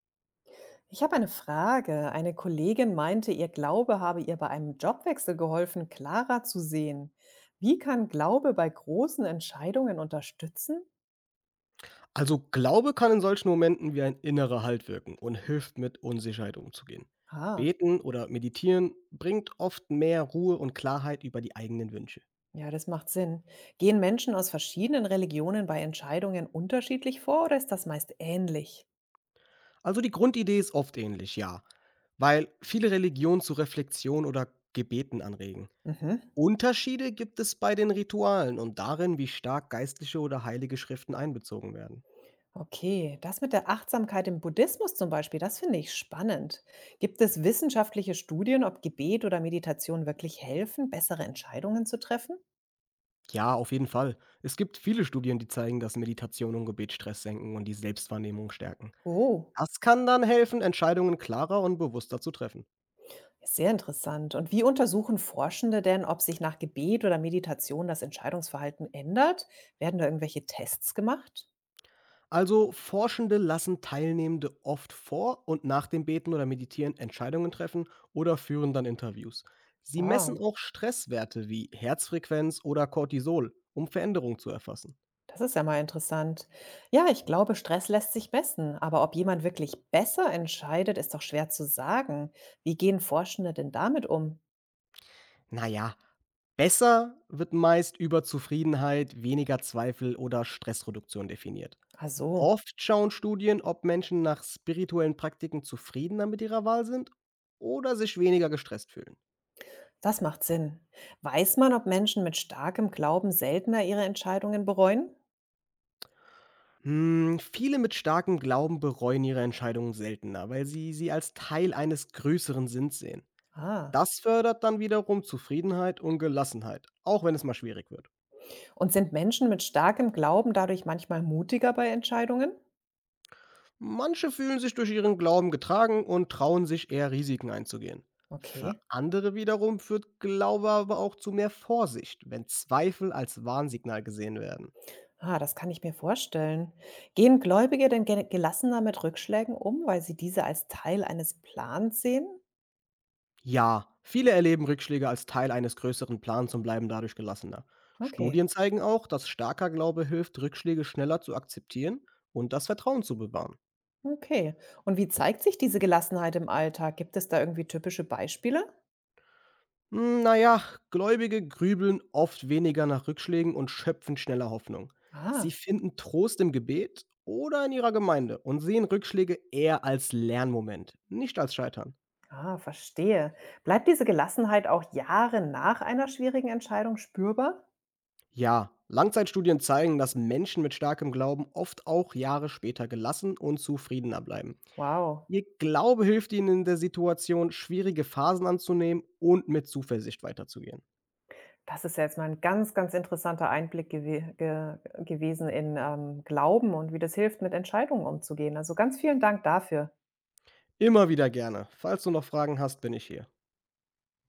Ich habe eine Frage. Eine Kollegin meinte, ihr Glaube habe ihr bei einem Jobwechsel geholfen, klarer zu sehen. Wie kann Glaube bei großen Entscheidungen unterstützen? Also Glaube kann in solchen Momenten wie ein innerer Halt wirken und hilft mit Unsicherheit umzugehen. Ah, Beten oder meditieren bringt oft mehr Ruhe und Klarheit über die eigenen Wünsche. ja, das macht Sinn. Gehen Menschen aus verschiedenen Religionen bei Entscheidungen unterschiedlich vor oder ist das meist ähnlich? Also die Grundidee ist oft ähnlich, ja, weil viele Religionen zu Reflexion oder Gebeten anregen. Mhm. Unterschiede gibt es bei den Ritualen und darin, wie stark geistliche oder heilige Schriften einbezogen werden. Okay, das mit der Achtsamkeit im Buddhismus zum Beispiel, das finde ich spannend. Gibt es wissenschaftliche Studien, ob Gebet oder Meditation wirklich helfen, bessere Entscheidungen zu treffen? Ja, auf jeden Fall. Es gibt viele Studien, die zeigen, dass Meditation und Gebet Stress senken und die Selbstwahrnehmung stärken. Oh. Das kann dann helfen, Entscheidungen klarer und bewusster zu treffen. Ja, sehr interessant. Und wie untersuchen Forschende denn, ob sich nach Gebet oder Meditation das Entscheidungsverhalten ändert? Werden da irgendwelche Tests gemacht? Also Forschende lassen Teilnehmende oft vor und nach dem Beten oder Meditieren Entscheidungen treffen oder führen dann Interviews. Sie messen Wow, auch Stresswerte wie Herzfrequenz oder Cortisol, um Veränderungen zu erfassen. das ist ja mal interessant. Ja, ich glaube, Stress lässt sich messen, aber ob jemand wirklich besser entscheidet, ist doch schwer zu sagen. Wie gehen Forschende denn damit um? Naja, besser wird meist über Zufriedenheit, weniger Zweifel oder Stressreduktion definiert. Ach so, Oft schauen Studien, ob Menschen nach spirituellen Praktiken zufriedener mit ihrer Wahl sind oder sich weniger gestresst fühlen. das macht Sinn. Weiß man, ob Menschen mit starkem Glauben seltener ihre Entscheidungen bereuen? Hm, viele mit starkem Glauben bereuen ihre Entscheidungen seltener, weil sie sie als Teil eines größeren Sinns sehen. Ah, Das fördert dann wiederum Zufriedenheit und Gelassenheit, auch wenn es mal schwierig wird. und sind Menschen mit starkem Glauben dadurch manchmal mutiger bei Entscheidungen? Manche fühlen sich durch ihren Glauben getragen und trauen sich eher Risiken einzugehen. Für Okay. andere wiederum führt Glaube aber auch zu mehr Vorsicht, wenn Zweifel als Warnsignal gesehen werden. Ah, das kann ich mir vorstellen. Gehen Gläubige denn ge gelassener mit Rückschlägen um, weil sie diese als Teil eines Plans sehen? Ja, viele erleben Rückschläge als Teil eines größeren Plans und bleiben dadurch gelassener. Okay, Studien zeigen auch, dass starker Glaube hilft, Rückschläge schneller zu akzeptieren und das Vertrauen zu bewahren. okay. Und wie zeigt sich diese Gelassenheit im Alltag? Gibt es da irgendwie typische Beispiele? Hm, naja, Gläubige grübeln oft weniger nach Rückschlägen und schöpfen schneller Hoffnung. Sie Ah, finden Trost im Gebet oder in ihrer Gemeinde und sehen Rückschläge eher als Lernmoment, nicht als Scheitern. ah, verstehe. Bleibt diese Gelassenheit auch Jahre nach einer schwierigen Entscheidung spürbar? Ja, Langzeitstudien zeigen, dass Menschen mit starkem Glauben oft auch Jahre später gelassen und zufriedener bleiben. Wow. Ihr Glaube hilft ihnen in der Situation, schwierige Phasen anzunehmen und mit Zuversicht weiterzugehen. Das ist ja jetzt mal ein ganz, ganz interessanter Einblick gewesen in Glauben und wie das hilft, mit Entscheidungen umzugehen. Also ganz vielen Dank dafür. Immer wieder gerne. Falls du noch Fragen hast, bin ich hier.